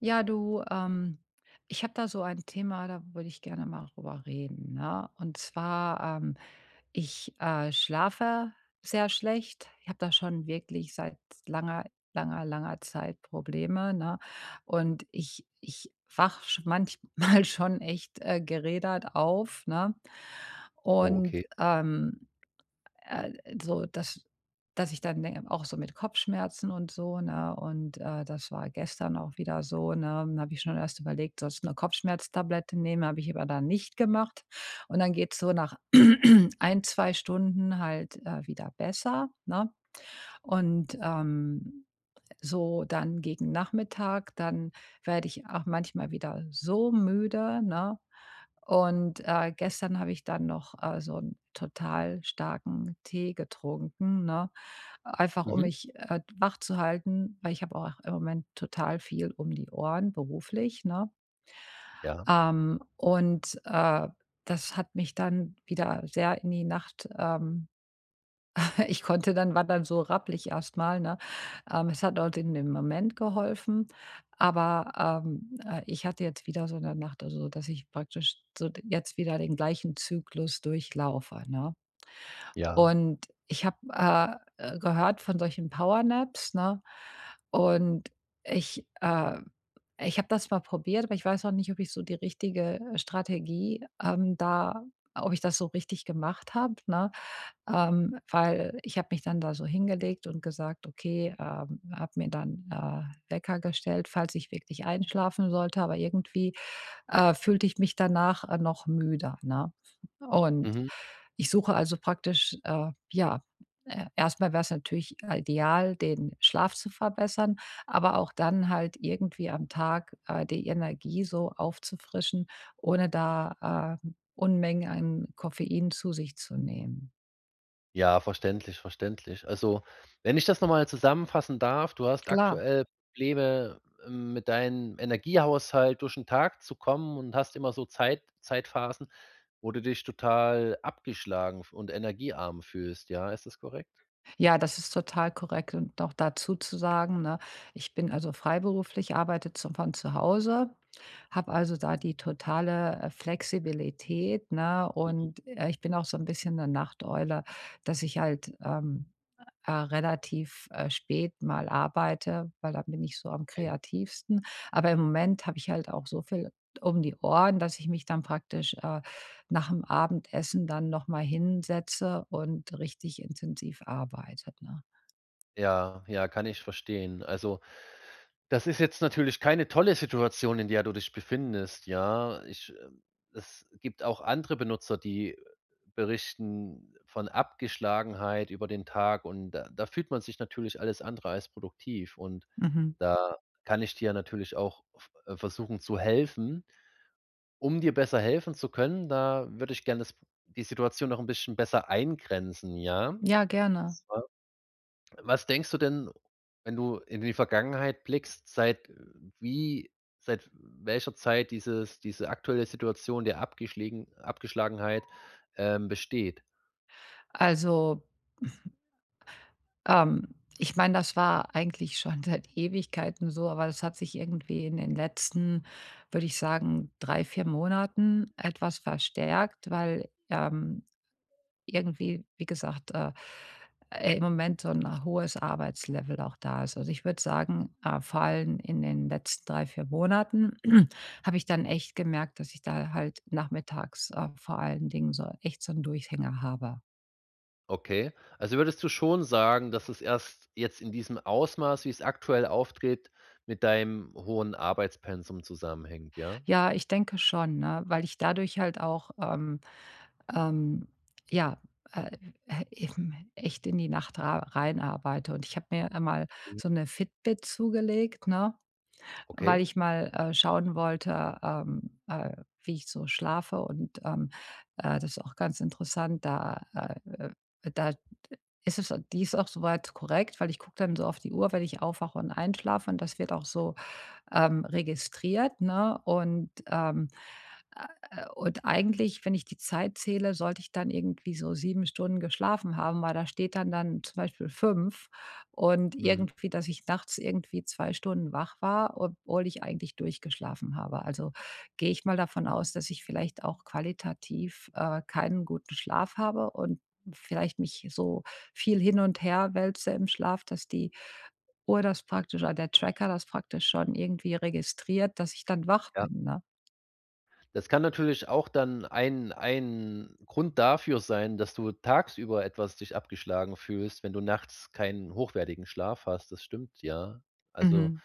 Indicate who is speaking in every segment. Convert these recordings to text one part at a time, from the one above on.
Speaker 1: Ja, du, ich habe da so ein Thema, da würde ich gerne mal drüber reden, ne? Und zwar, ich schlafe sehr schlecht. Ich habe da schon wirklich seit langer, langer, langer Zeit Probleme, ne? Und ich wach sch manchmal schon echt, gerädert auf, ne?
Speaker 2: Oh,
Speaker 1: Und,
Speaker 2: okay.
Speaker 1: ähm äh, so, dass ich dann denke auch so mit Kopfschmerzen und so, ne? Und, das war gestern auch wieder so, ne? Habe ich schon erst überlegt, sollst du 'ne Kopfschmerztablette nehmen, habe ich aber dann nicht gemacht. Und dann geht's so nach ein 2 Stunden halt, wieder besser, ne? Und, so dann gegen Nachmittag, dann werde ich auch manchmal wieder so müde, ne? Und, gestern habe ich dann noch, so einen total starken Tee getrunken, ne? Einfach um
Speaker 2: Mhm.
Speaker 1: mich, wach zu halten, weil ich habe auch im Moment total viel um die Ohren beruflich, ne?
Speaker 2: Ja,
Speaker 1: Und, das hat mich dann wieder sehr in die Nacht, ich konnte dann war dann so rappelig erstmal, ne? Es hat dort in dem Moment geholfen, aber, ich hatte jetzt wieder so 'ne Nacht, also, dass ich praktisch so d jetzt wieder den gleichen Zyklus durchlaufe, ne?
Speaker 2: ja.
Speaker 1: Und ich habe, gehört von solchen Powernaps, ne? Und ich, äh ich habe das mal probiert, aber ich weiß auch nicht, ob ich so die richtige Strategie, da ob ich das so richtig gemacht habe, ne? Weil ich habe mich dann da so hingelegt und gesagt: „Okay", habe mir dann, Wecker gestellt, falls ich wirklich einschlafen sollte, aber irgendwie, fühlte ich mich danach, noch müder, ne? Und
Speaker 2: Mhm.
Speaker 1: ich suche also praktisch, ja, erst mal wär's natürlich ideal, den Schlaf zu verbessern, aber auch dann halt irgendwie am Tag, die Energie so aufzufrischen, ohne da, Unmengen an Koffein zu sich zu nehmen.
Speaker 2: Ja, verständlich, verständlich. Also, wenn ich das noch mal zusammenfassen darf, du hast
Speaker 1: Klar.
Speaker 2: aktuell Probleme, mit deinem Energiehaushalt durch den Tag zu kommen und hast immer so Zeitphasen, wo du dich total abgeschlagen f und energiearm fühlst, ja? Ist das korrekt?
Speaker 1: Ja, das ist total korrekt und noch dazu zu sagen, ne, ich bin also freiberuflich, arbeite zu von zu Hause, habe also da die totale, Flexibilität, ne?
Speaker 2: Mhm,
Speaker 1: Und, ich bin auch so ein bisschen 'ne Nachteule, dass ich halt, relativ, spät mal arbeite, weil da bin ich so am
Speaker 2: okay.
Speaker 1: kreativsten. Aber im Moment habe ich halt auch so viel um die Ohren, dass ich mich dann praktisch, nach dem Abendessen dann noch mal hinsetze und richtig intensiv arbeite, ne?
Speaker 2: Ja, ja, kann ich verstehen. Also, das ist jetzt natürlich keine tolle Situation, in der du dich befindest, ja. Ich es gibt auch andere Benutzer, die berichten von Abgeschlagenheit über den Tag und da fühlt man sich natürlich alles andere als produktiv und
Speaker 1: Mhm.
Speaker 2: da kann ich dir natürlich auch v versuchen zu helfen. Um dir besser helfen zu können, da würde ich gerne das die Situation noch ein bisschen besser eingrenzen, ja? Und
Speaker 1: Ja, gerne.
Speaker 2: zwar, was denkst du denn, wenn du in die Vergangenheit blickst, wie seit welcher Zeit diese aktuelle Situation der Abgeschlagenheit besteht?
Speaker 1: Also Ähm, ich meine, das war eigentlich schon seit Ewigkeiten so, aber das hat sich irgendwie in den letzten, würde ich sagen, 3 4 Monaten etwas verstärkt, weil, irgendwie, wie gesagt, im Moment so ein hohes Arbeitslevel auch da ist. Also, ich würde sagen, vor allem in den letzten 3 4 Monaten habe ich dann echt gemerkt, dass ich da halt nachmittags, vor allen Dingen so echt so 'n Durchhänger habe.
Speaker 2: Okay. Also, würdest du schon sagen, dass es erst jetzt in diesem Ausmaß, wie es aktuell auftritt, mit deinem hohen Arbeitspensum zusammenhängt, ja?
Speaker 1: Ja, ich denke schon, ne, weil ich dadurch halt auch, Ähm, ja, äh, eben echt in die Nacht ra rein arbeite. Und ich habe mir einmal
Speaker 2: Mhm.
Speaker 1: so eine Fitbit zugelegt, ne,
Speaker 2: Okay.
Speaker 1: weil ich mal, schauen wollte, wie ich so schlafe und, das ist auch ganz interessant, da, äh da ist es, die ist auch soweit korrekt, weil ich gucke dann so auf die Uhr, wenn ich aufwache und einschlafe und das wird auch so registriert, ne? Und eigentlich, wenn ich die Zeit zähle, sollte ich dann irgendwie so 7 Stunden geschlafen haben, weil da steht dann zum Beispiel fünf, und
Speaker 2: Mhm.
Speaker 1: irgendwie, dass ich nachts irgendwie 2 Stunden wach war, obwohl ich eigentlich durchgeschlafen habe. Also, gehe ich mal davon aus, dass ich vielleicht auch qualitativ, keinen guten Schlaf habe und vielleicht mich so viel hin und her wälze im Schlaf, dass die Uhr das praktisch oder der Tracker das praktisch schon irgendwie registriert, dass ich dann wach
Speaker 2: Ja.
Speaker 1: bin, ne?
Speaker 2: Das kann natürlich auch dann ein Grund dafür sein, dass du tagsüber etwas dich abgeschlagen fühlst, wenn du nachts keinen hochwertigen Schlaf hast. Das stimmt, ja. Also,
Speaker 1: Mhm.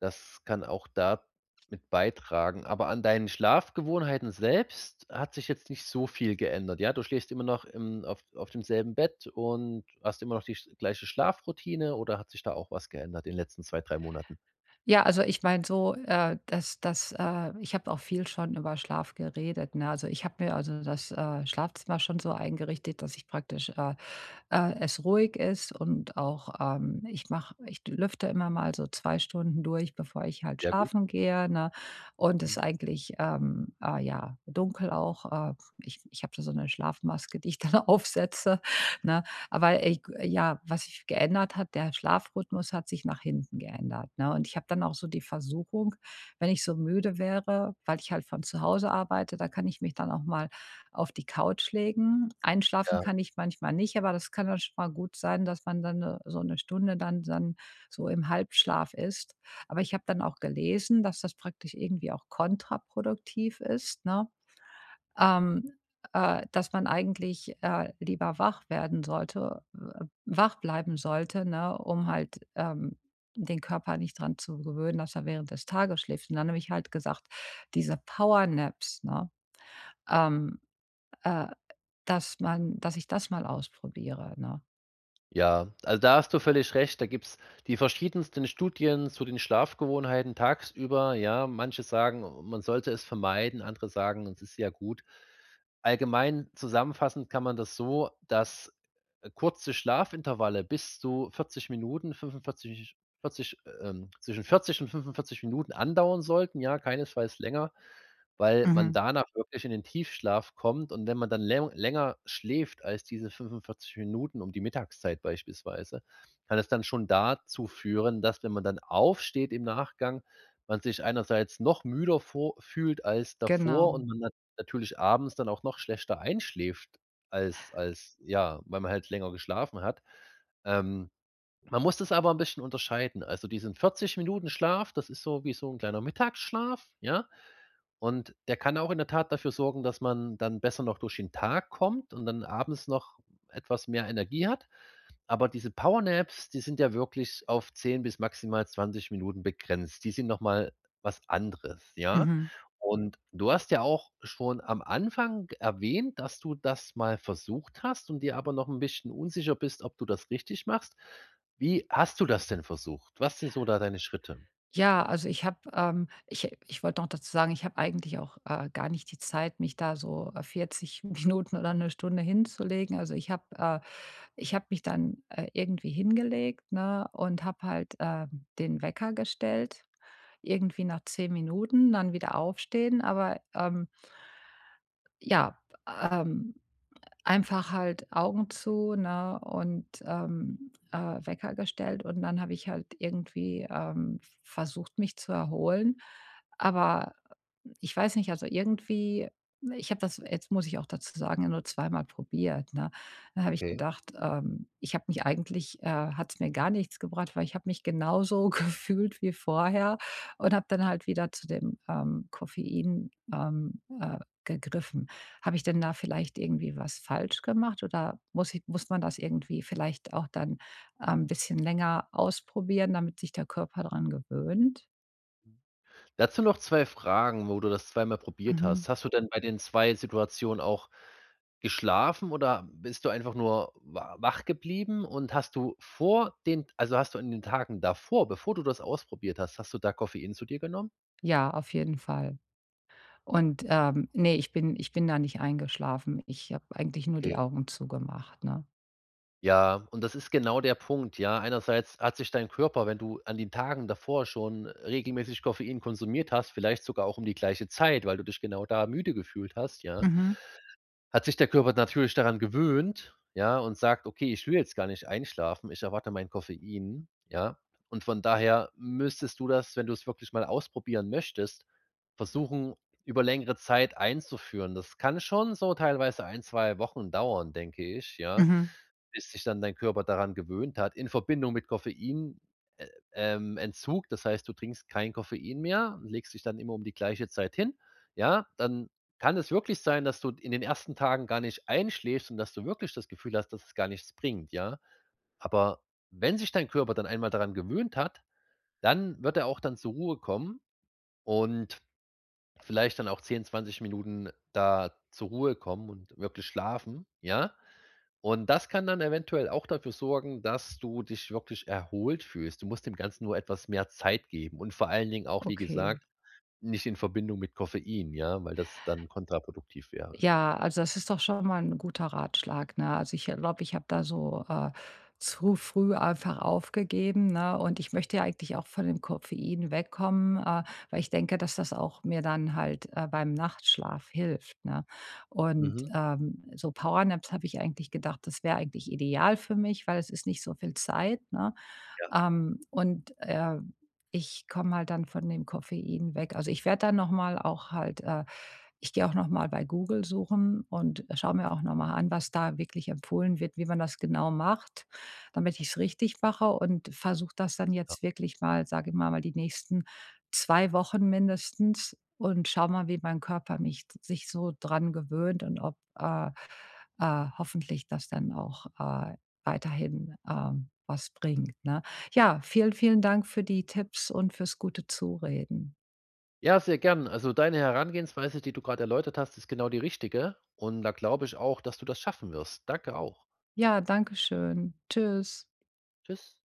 Speaker 2: das kann auch da mit beitragen. Aber an deinen Schlafgewohnheiten selbst hat sich jetzt nicht so viel geändert. Ja, du schläfst immer noch im auf demselben Bett und hast immer noch die sch gleiche Schlafroutine, oder hat sich da auch was geändert in den letzten 2, 3 Monaten?
Speaker 1: Ja, also ich meine so, dass das ich habe auch viel schon über Schlaf geredet, ne? Also, ich habe mir also das, Schlafzimmer schon so eingerichtet, dass ich praktisch, es ruhig ist, und auch, ich lüfte immer mal so 2 Stunden durch, bevor ich halt
Speaker 2: Sehr gut.
Speaker 1: schlafen gehe, ne? Und es
Speaker 2: Mhm.
Speaker 1: ist eigentlich, ja, dunkel auch. Ich habe da so eine Schlafmaske, die ich dann aufsetze, ne? Aber was sich geändert hat, der Schlafrhythmus hat sich nach hinten geändert, ne? Und ich habe dann auch so die Versuchung, wenn ich so müde wäre, weil ich halt von zu Hause arbeite, da kann ich mich dann auch mal auf die Couch legen. Einschlafen
Speaker 2: Ja.
Speaker 1: kann ich manchmal nicht, aber das kann dann schon mal gut sein, dass man dann so 1 Stunde dann so im Halbschlaf ist. Aber ich habe dann auch gelesen, dass das praktisch irgendwie auch kontraproduktiv ist, ne? Ähm, dass man eigentlich, lieber wach werden sollte w wach bleiben sollte, ne, um halt, den Körper nicht dran zu gewöhnen, dass er während des Tages schläft. Und dann habe ich halt gesagt, diese Powernaps, ne, ähm, äh dass ich das mal ausprobiere, ne?
Speaker 2: Ja, also da hast du völlig recht. Da gibt's die verschiedensten Studien zu den Schlafgewohnheiten tagsüber. Ja, manche sagen, man sollte es vermeiden, andere sagen, es ist ja gut. Allgemein zusammenfassend kann man das so, dass kurze Schlafintervalle bis zu 40 Minuten, 45, 40, zwischen 40 und 45 Minuten andauern sollten. Ja, keinesfalls länger. Weil man
Speaker 1: Mhm.
Speaker 2: danach wirklich in den Tiefschlaf kommt und wenn man dann lä länger schläft als diese 45 Minuten um die Mittagszeit beispielsweise, kann es dann schon dazu führen, dass, wenn man dann aufsteht im Nachgang, man sich einerseits noch müder vo fühlt als davor und
Speaker 1: Genau.
Speaker 2: man natürlich abends dann auch noch schlechter einschläft als ja, weil man halt länger geschlafen hat. Ähm, man muss das aber 'n bisschen unterscheiden. Also, diesen 40 Minuten Schlaf, das ist so wie so 'n kleiner Mittagsschlaf, ja? Und der kann auch in der Tat dafür sorgen, dass man dann besser noch durch den Tag kommt und dann abends noch etwas mehr Energie hat. Aber diese Powernaps, die sind ja wirklich auf 10 bis maximal 20 Minuten begrenzt. Die sind noch mal was anderes, ja?
Speaker 1: Mhm.
Speaker 2: Und du hast ja auch schon am Anfang erwähnt, dass du das mal versucht hast und dir aber noch ein bisschen unsicher bist, ob du das richtig machst. Wie hast du das denn versucht? Was sind so da deine Schritte?
Speaker 1: Ja, also ich habe ich wollte noch dazu sagen, ich habe eigentlich auch, gar nicht die Zeit, mich da so, 40 Minuten oder eine Stunde hinzulegen. Ich habe mich dann, irgendwie hingelegt, ne, und habe halt, den Wecker gestellt, irgendwie nach 10 Minuten, dann wieder aufstehen. Aber, ja, ähm einfach halt Augen zu, ne, und, Wecker gestellt und dann habe ich halt irgendwie, versucht, mich zu erholen. Aber ich weiß nicht, also irgendwie ich habe das jetzt muss ich auch dazu sagen, nur zweimal probiert, ne? Dann habe ich
Speaker 2: Okay.
Speaker 1: gedacht, ich habe mich eigentlich, hat es mir gar nichts gebracht, weil ich habe mich genauso gefühlt wie vorher und habe dann halt wieder zu dem, Koffein, gegriffen. Habe ich denn da vielleicht irgendwie was falsch gemacht, oder muss man das irgendwie vielleicht auch dann, bisschen länger ausprobieren, damit sich der Körper dran gewöhnt?
Speaker 2: Dazu noch 2 Fragen, wo du das zweimal probiert
Speaker 1: Mhm.
Speaker 2: hast. Hast du denn bei den 2 Situationen auch geschlafen oder bist du einfach nur wa wach geblieben, und hast du vor den also, hast du in den Tagen davor, bevor du das ausprobiert hast, hast du da Koffein zu dir genommen?
Speaker 1: Ja, auf jeden Fall. Und, ne, ich bin da nicht eingeschlafen. Ich habe eigentlich nur die
Speaker 2: Okay.
Speaker 1: Augen zugemacht, ne?
Speaker 2: Ja, und das ist genau der Punkt, ja. Einerseits hat sich dein Körper, wenn du an den Tagen davor schon regelmäßig Koffein konsumiert hast, vielleicht sogar auch um die gleiche Zeit, weil du dich genau da müde gefühlt hast, ja,
Speaker 1: Mhm,
Speaker 2: hat sich der Körper natürlich daran gewöhnt, ja, und sagt: „Okay, ich will jetzt gar nicht einschlafen, ich erwarte mein Koffein", ja? Und von daher müsstest du das, wenn du es wirklich mal ausprobieren möchtest, versuchen, über längere Zeit einzuführen. Das kann schon so teilweise ein 2 Wochen dauern, denke ich, ja,
Speaker 1: mhm.
Speaker 2: bis sich dann dein Körper daran gewöhnt hat, in Verbindung mit Koffein äh, Entzug. Das heißt, du trinkst kein Koffein mehr, legst dich dann immer um die gleiche Zeit hin, ja? Dann kann es wirklich sein, dass du in den ersten Tagen gar nicht einschläfst und dass du wirklich das Gefühl hast, dass es gar nichts bringt, ja? Aber wenn sich dein Körper dann einmal daran gewöhnt hat, dann wird er auch dann zur Ruhe kommen und vielleicht dann auch 10, 20 Minuten da zur Ruhe kommen und wirklich schlafen, ja? Und das kann dann eventuell auch dafür sorgen, dass du dich wirklich erholt fühlst. Du musst dem Ganzen nur etwas mehr Zeit geben und vor allen Dingen auch, wie
Speaker 1: Okay.
Speaker 2: gesagt, nicht in Verbindung mit Koffein, ja, weil das dann kontraproduktiv wäre.
Speaker 1: Ja, also das ist doch schon mal ein guter Ratschlag, ne? Also, ich glaube, ich habe da so, zu früh einfach aufgegeben, ne? Und ich möchte ja eigentlich auch von dem Koffein wegkommen, weil ich denke, dass das auch mir dann halt, beim Nachtschlaf hilft, ne? Und,
Speaker 2: Mhm.
Speaker 1: so Powernaps habe ich eigentlich gedacht, das wäre eigentlich ideal für mich, weil es ist nicht so viel Zeit, ne? Und, ich komme halt dann von dem Koffein weg. Also, ich werde dann noch mal auch halt, ich gehe auch noch mal bei Google suchen und schaue mir auch noch mal an, was da wirklich empfohlen wird, wie man das genau macht, damit ich es richtig mache, und versuche das dann jetzt wirklich mal, sage ich mal, die nächsten 2 Wochen mindestens, und schaue mal, wie mein Körper mich sich so dran gewöhnt und ob, hoffentlich das dann auch, weiterhin, was bringt, ne? Ja, vielen, vielen Dank für die Tipps und fürs gute Zureden.
Speaker 2: Ja, sehr gern. Also, deine Herangehensweise, die du gerade erläutert hast, ist genau die richtige. Und da glaube ich auch, dass du das schaffen wirst. Danke auch.
Speaker 1: Ja, danke schön. Tschüss.
Speaker 2: Tschüss.